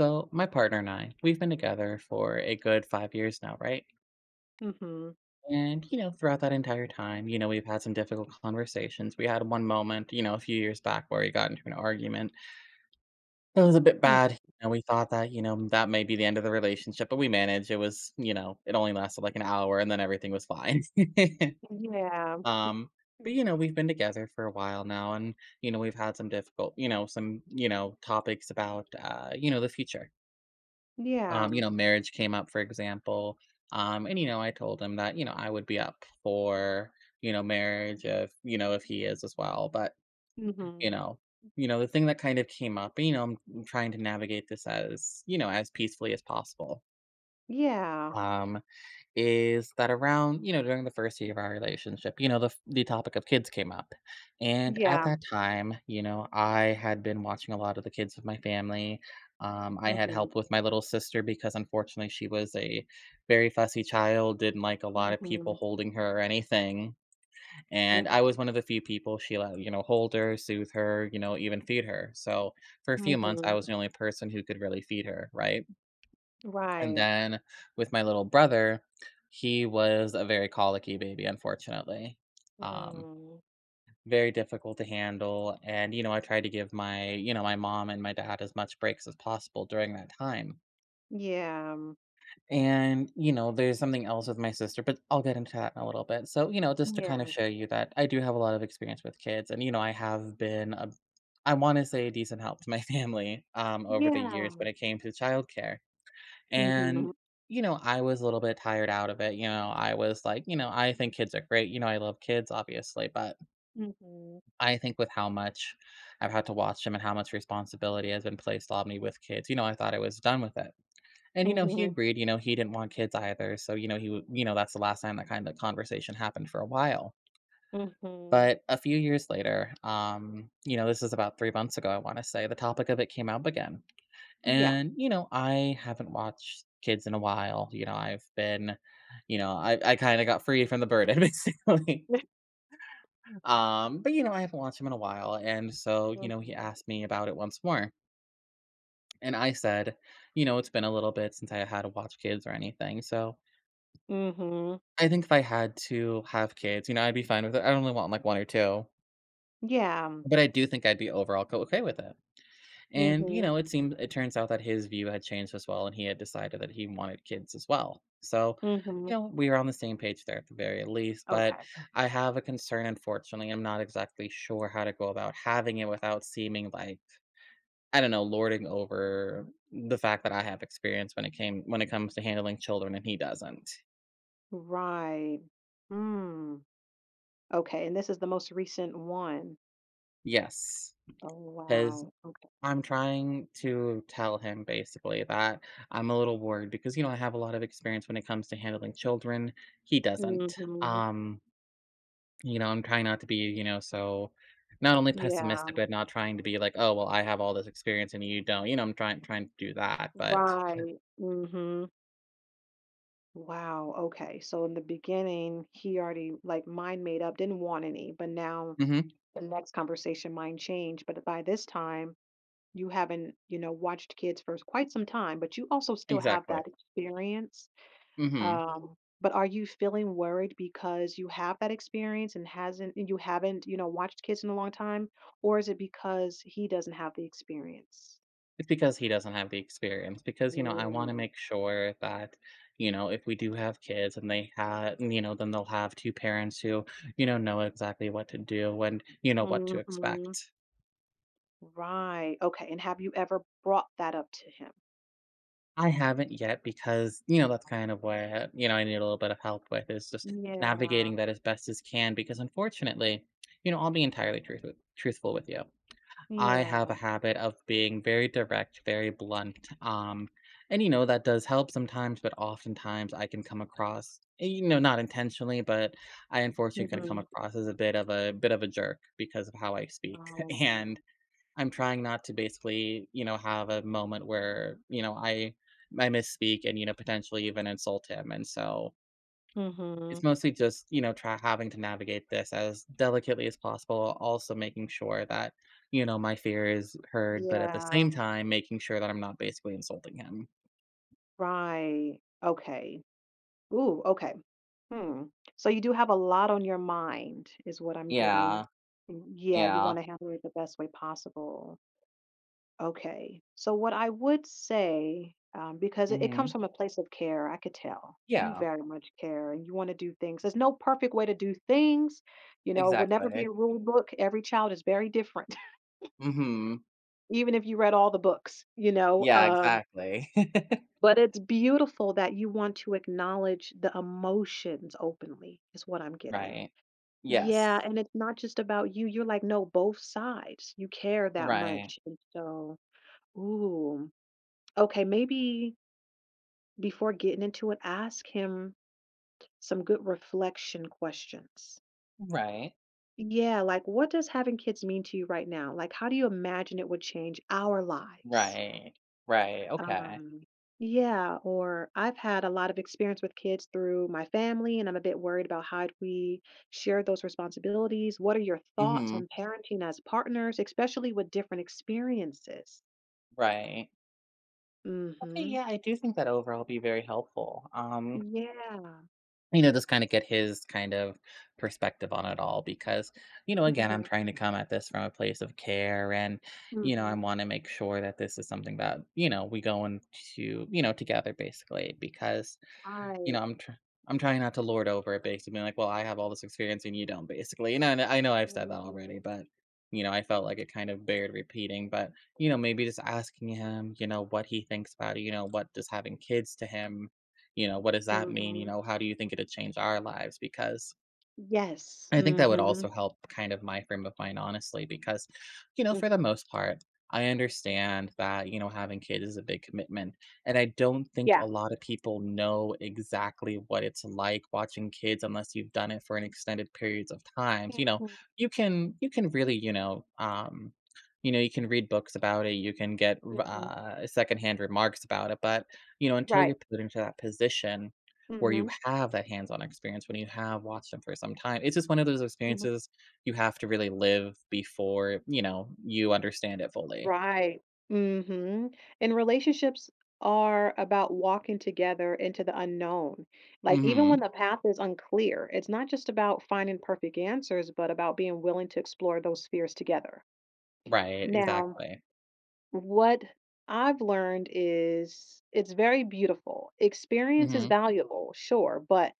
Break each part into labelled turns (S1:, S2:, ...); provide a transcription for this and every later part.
S1: So, my partner and I, we've been together for a good 5 years now, right?
S2: Mhm.
S1: Throughout that entire time, we've had some difficult conversations. We had one moment, a few years back where we got into an argument. It was a bit
S2: Mm,
S1: bad. And we thought that, that may be the end of the relationship, but we managed. It was, it only lasted like an hour and then everything was fine.
S2: yeah.
S1: um,
S2: Mm,
S1: we've been together for a while now and we've had some difficult, topics about the future.
S2: yeah.
S1: Marriage came up, for example. I told him that, I would be up for, marriage if, if he is as well. But, you
S2: Mhm.
S1: know, the thing that kind of came up, I'm trying to navigate this as, as peacefully as possible.
S2: Yeah.
S1: Um, is that around, during the first year of our relationship, the topic of kids came up. And at
S2: Yeah.
S1: that time, I had been watching a lot of the kids of my family. I had
S2: Mhm.
S1: help with my little sister because unfortunately she was a very fussy child, didn't like a lot of people
S2: Mhm.
S1: holding her or anything. And I
S2: Mm,
S1: was one of the few people she let, hold her, soothe her, even feed her. So for a few months, I
S2: mhm.
S1: was the only person who could really feed her, right? And
S2: Right.
S1: then with my little brother, he was a very colicky baby, unfortunately. Um,
S2: Mm.
S1: Very difficult to handle. And I tried to give my, my mom and my dad as much breaks as possible during that time.
S2: Yeah.
S1: And there's something else with my sister, but I'll get into that in a little bit. So, just to kind
S2: Yeah.
S1: of show you that I do have a lot of experience with kids. And I have been a I want to say a decent help to my family over the years
S2: Yeah.
S1: when it came to childcare
S2: Mhm.
S1: and I was a little bit tired out of it, I was like, I think kids are great, I love kids, obviously, but
S2: Mhm.
S1: I think with how much I've had to watch them and how much responsibility has been placed on me with kids, I thought I was done with it. And he
S2: Mhm.
S1: agreed, he didn't want kids either. So, you know, he, w- you know, that's the last time that kind of conversation happened for a while.
S2: Mhm.
S1: But a few years later, this is about 3 months ago, I want to say, the topic of it came up again.
S2: Yeah.
S1: And I haven't watched kids in a while. I've been, you know, I kind of got free from the burden basically. But I haven't watched him in a while. And so, he
S2: Mhm.
S1: asked me about it once more. And I said, it's been a little bit since I had to watch kids or anything. So
S2: Mhm.
S1: I think if I had to have kids, I'd be fine with it. I only want like 1 or 2,
S2: Yeah.
S1: but I do think I'd be overall okay with it. And, you
S2: Mhm.
S1: know, it seemed it turns out that his view had changed as well, and he had decided that he wanted kids as well. So,
S2: Mhm.
S1: we were on the same page there at the very least, but
S2: Okay.
S1: I have a concern, unfortunately. I'm not exactly sure how to go about having it without seeming like, I don't know, lording over the fact that I have experience when it comes to handling children and he doesn't.
S2: Right. Mm. Okay, and this is the most recent one.
S1: Yes.
S2: Oh,
S1: Because
S2: wow. Okay.
S1: I'm trying to tell him basically that I'm a little worried because, I have a lot of experience when it comes to handling children. He doesn't.
S2: Mhm.
S1: Um, I'm trying not to be, so not only
S2: Yeah,
S1: pessimistic, but not trying to be like, oh, well, I have all this experience and you don't. You know, I'm trying to do that, but
S2: right. Mhm. Wow, okay. So in the beginning, he already like mind made up, didn't want any, but now
S1: hmm
S2: the next conversation mind changed. But by this time, you haven't, you know, watched kids for quite some time, but you also still have
S1: exactly.
S2: that experience.
S1: Mm-hmm.
S2: Um, but are you feeling worried because you have that experience and you haven't, you know, watched kids in a long time, or is it because he doesn't have the experience?
S1: It's because he doesn't have the experience, because, I wanna
S2: Mm-hmm.
S1: make sure that, if we do have kids and they have, then they'll have 2 parents who, know exactly what to do and, what to expect.
S2: Right, okay, and have you ever brought that up to him?
S1: I haven't yet because,
S2: No.
S1: that's kind of what, I need a little bit of help with is just
S2: Yeah,
S1: navigating that as best as can because unfortunately, I'll be entirely truthful with you. I have
S2: yeah.
S1: a habit of being very direct, very blunt. That does help sometimes, but oftentimes I can come across, not intentionally, but I unfortunately can come
S2: Mhm.
S1: across as a bit of a jerk because of how I speak.
S2: Oh.
S1: And I'm trying not to basically, have a moment where, I misspeak and, potentially even insult him. And so it's
S2: Mhm.
S1: mostly just, try having to navigate this as delicately as possible, also making sure that, my fear is heard, but at the same
S2: Yeah,
S1: time, making sure that I'm not basically insulting him.
S2: right. Okay. Ooh, okay. Hmm. So you do have a lot on your mind is what I'm getting.
S1: Yeah,
S2: Mm, yeah, you
S1: yeah.
S2: wanna handle it the best way possible. Okay. So what I would say, because it comes
S1: Mhm.
S2: from a place of care, I could tell you
S1: Yeah,
S2: very much care and you want to do things. There's no perfect way to do things. You know, it would never be
S1: exactly.
S2: a rule book. Every child is very different,
S1: Mhm.
S2: even if you read all the books, you know.
S1: Yeah, exactly.
S2: But it's beautiful that you want to acknowledge the emotions openly, is what I'm getting.
S1: Right.
S2: Yeah.
S1: Yes.
S2: And it's not just about you. You're like, no, both sides. You care that
S1: Right.
S2: much. And so, ooh, okay, maybe before getting into it, ask him some good reflection questions.
S1: Right.
S2: Yeah, like what does having kids mean to you right now? Like, how do you imagine it would change our lives?
S1: Right. Right. Okay.
S2: Um, yeah, or I've had a lot of experience with kids through my family, and I'm a bit worried about how do we share those responsibilities. What are your thoughts
S1: Mhm.
S2: on parenting as partners, especially with different experiences?
S1: Right. Okay,
S2: Mm-hmm.
S1: yeah, I do think that overall be very helpful,
S2: Yeah.
S1: just kind of get his kind of perspective on it all because, again, I'm
S2: Mm-hmm.
S1: trying to come at this from a place of care and, I
S2: Mm-hmm.
S1: want to make sure that this is something that, we go into, together basically because, you
S2: Right.
S1: know, I'm try I'm trying not to lord over it, basically, like, "Well, I have all this experience and you don't," basically. You know, kn I know I've said that
S2: Mm-hmm.
S1: already, but, I felt like it kind of bared repeating, but, maybe just asking him, what he thinks about it, what does having kids to him, what does that mean,
S2: Mm-hmm.
S1: how do you think it'd change our lives? Because
S2: Yes.
S1: I think that would
S2: Mhm.
S1: also help kind of my frame of mind, honestly, because, for the
S2: Mhm.
S1: most part, I
S2: Mhm.
S1: understand that, having kids is a big commitment. And I don't think a
S2: Yeah.
S1: lot of people know exactly what it's like watching kids unless you've done it for an extended periods of times.
S2: Mhm.
S1: You can really, you can read books about it, you can get
S2: Mhm.
S1: secondhand remarks about it, but until
S2: Right.
S1: you're put into that position, where you
S2: Mhm.
S1: have that hands-on experience, when you have watched them for some time. It's just one of those
S2: Mhm.
S1: experiences you have to really live before, you understand it fully.
S2: Right. Mhm. And relationships are about walking together into the unknown. Like, even when
S1: Mhm.
S2: the path is unclear, it's not just about finding perfect answers, but about being willing to explore those fears together.
S1: Right,
S2: Now,
S1: exactly.
S2: what I've learned is it's very beautiful. Experience is
S1: Mhm.
S2: valuable, sure, but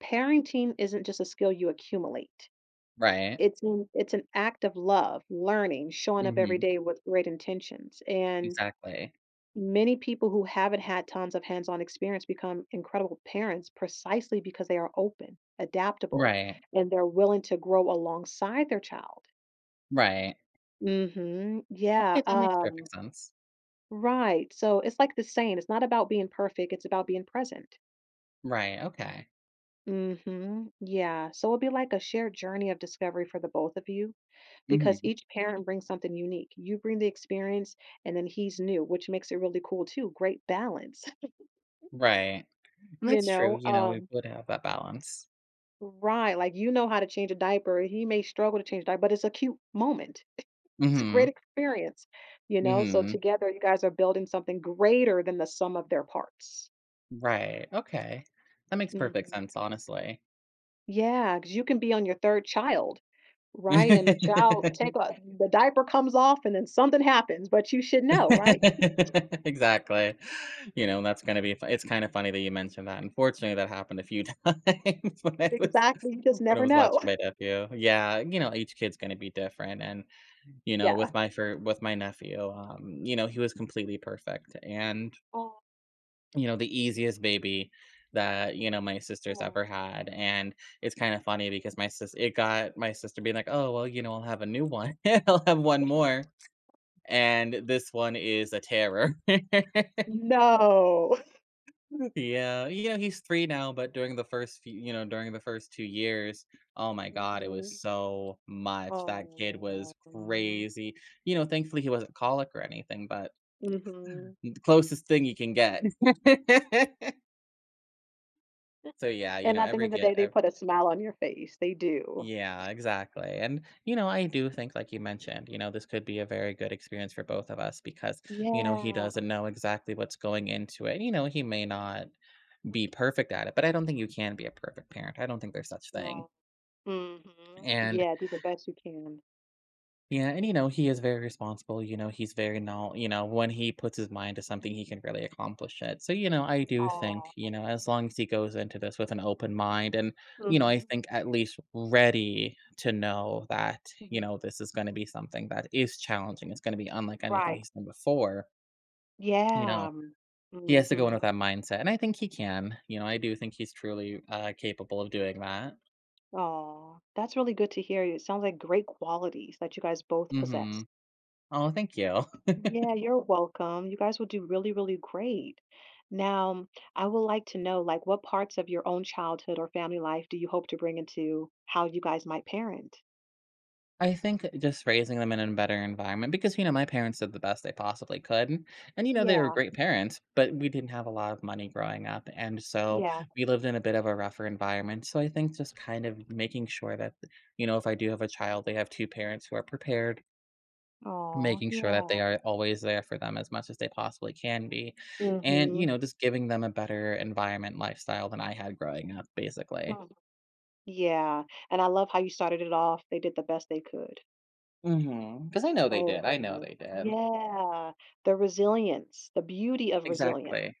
S2: parenting isn't just a skill you accumulate.
S1: Right.
S2: It's an act of love, learning, showing up every
S1: Mhm.
S2: day with great intentions, and
S1: Exactly.
S2: many people who haven't had tons of hands-on experience become incredible parents precisely because they are open, adaptable,
S1: Right.
S2: and they're willing to grow alongside their child.
S1: Right.
S2: Mhm. Yeah,
S1: Okay, that makes perfect sense.
S2: Right, so it's like the saying, it's not about being perfect, it's about being present.
S1: Right, okay.
S2: Mhm. Yeah, so it'll be like a shared journey of discovery for the both of you, because
S1: Mhm.
S2: each parent brings something unique. You bring the experience and then he's new, which makes it really cool too. Great balance,
S1: Right. And
S2: you
S1: that's true,
S2: know?
S1: we would have that balance.
S2: Right. Like you know how to change a diaper. He may struggle to change a diaper, but it's a cute moment. It's a great
S1: Mhm.
S2: experience, you know? So
S1: Mhm.
S2: together you guys are building something greater than the sum of their parts.
S1: Right, okay. That makes perfect
S2: Mhm.
S1: sense, honestly.
S2: Yeah, because you can be on your third child, right? And the child take off the diaper comes off and then something happens, but you should know, right?
S1: Exactly. You know, that's gonna be fu it's kinda funny that you mentioned that. Unfortunately, that happened a few times
S2: Exactly. You just
S1: when I
S2: never
S1: was
S2: know.
S1: watching my nephew. Yeah, each kid's gonna be different, and,
S2: Yeah.
S1: with my nephew, he was completely perfect, and,
S2: Oh.
S1: the easiest baby that, my sister's ever had, and it got my sister being like, "Oh, well, I'll have a new one. I'll have one more," and this one is a terror.
S2: No.
S1: Yeah, he's 3 now, but during the first few during the first 2 years, oh my god, it
S2: Mhm.
S1: was so much. That kid was
S2: Oh.
S1: crazy. You know, thankfully, he wasn't colic or anything, but
S2: Mhm.
S1: the closest thing you can get. So, yeah, you
S2: And
S1: know,
S2: at the end
S1: every
S2: of the
S1: get
S2: day, they
S1: ev
S2: put a smile on your face. They do.
S1: yeah, exactly, and, I do think, like you mentioned, this could be a very good experience for both of us because, he
S2: Yeah.
S1: doesn't know exactly what's going into it. You know, he may not be perfect at it, but I don't think you can be a perfect parent. I don't think there's such
S2: Yeah.
S1: thing.
S2: Mhm.
S1: And
S2: Yeah, do the best you can.
S1: yeah, he is very responsible. You know, he's very now, you know, when he puts his mind to something, he can really accomplish it. So, I do think,
S2: Oh.
S1: as long as he goes into this with an open mind and, I
S2: Mhm.
S1: think at least ready to know that,
S2: Mhm.
S1: this is going to be something that is challenging. It's going to be unlike anything
S2: Right.
S1: he's done before, you know.
S2: Yeah.
S1: He has to go in
S2: Mhm.
S1: with that mindset, and I think he can. You know, I do think he's truly capable of doing that.
S2: Oh, that's really good to hear. It sounds like great qualities that you guys both
S1: Mm-hmm.
S2: possess.
S1: Oh, thank you.
S2: Yeah, you're welcome. You guys will do really, really great. Now, I would like to know, like, what parts of your own childhood or family life do you hope to bring into how you guys might parent?
S1: I think just raising them in a better environment because, my parents did the best they possibly could. And they were
S2: Yeah,
S1: great parents, but we didn't have a lot of money growing up. And so
S2: yeah.
S1: we lived in a bit of a rougher environment. So I think just kind of making sure that, if I do have a child, they have 2 parents who are prepared,
S2: Oh,
S1: making sure that
S2: yeah.
S1: they are always there for them as much as they possibly can be. And,
S2: Mm-hmm.
S1: you know, just giving them a better environment lifestyle than I had growing up, basically.
S2: Yeah. And I love how you started it off. They did the best they could.
S1: Mm-hmm. Because I know they
S2: Oh,
S1: did. I know
S2: goodness.
S1: they did.
S2: Yeah. The resilience, the beauty of resilience.
S1: Exactly.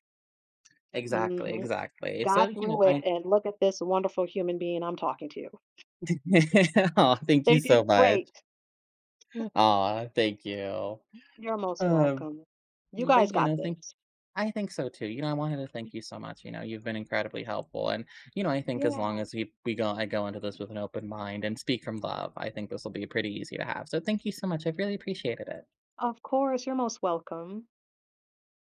S1: Exactly,
S2: Hmm.
S1: exactly. So,
S2: Got
S1: you know,
S2: through it,
S1: I
S2: and look at this wonderful human being I'm talking to.
S1: Oh, thank
S2: They
S1: you so
S2: did
S1: much.
S2: great.
S1: Aw, thank you.
S2: You're most
S1: Um,
S2: welcome. You
S1: but,
S2: guys
S1: you
S2: got
S1: know, think
S2: this.
S1: I think so too. You know, I wanted to thank you so much. You know, you've been incredibly helpful, and, I think as long
S2: Yeah,
S1: as we go I go into this with an open mind and speak from love, I think this will be pretty easy to have. So thank you so much. I've really appreciated it.
S2: of course, you're most welcome.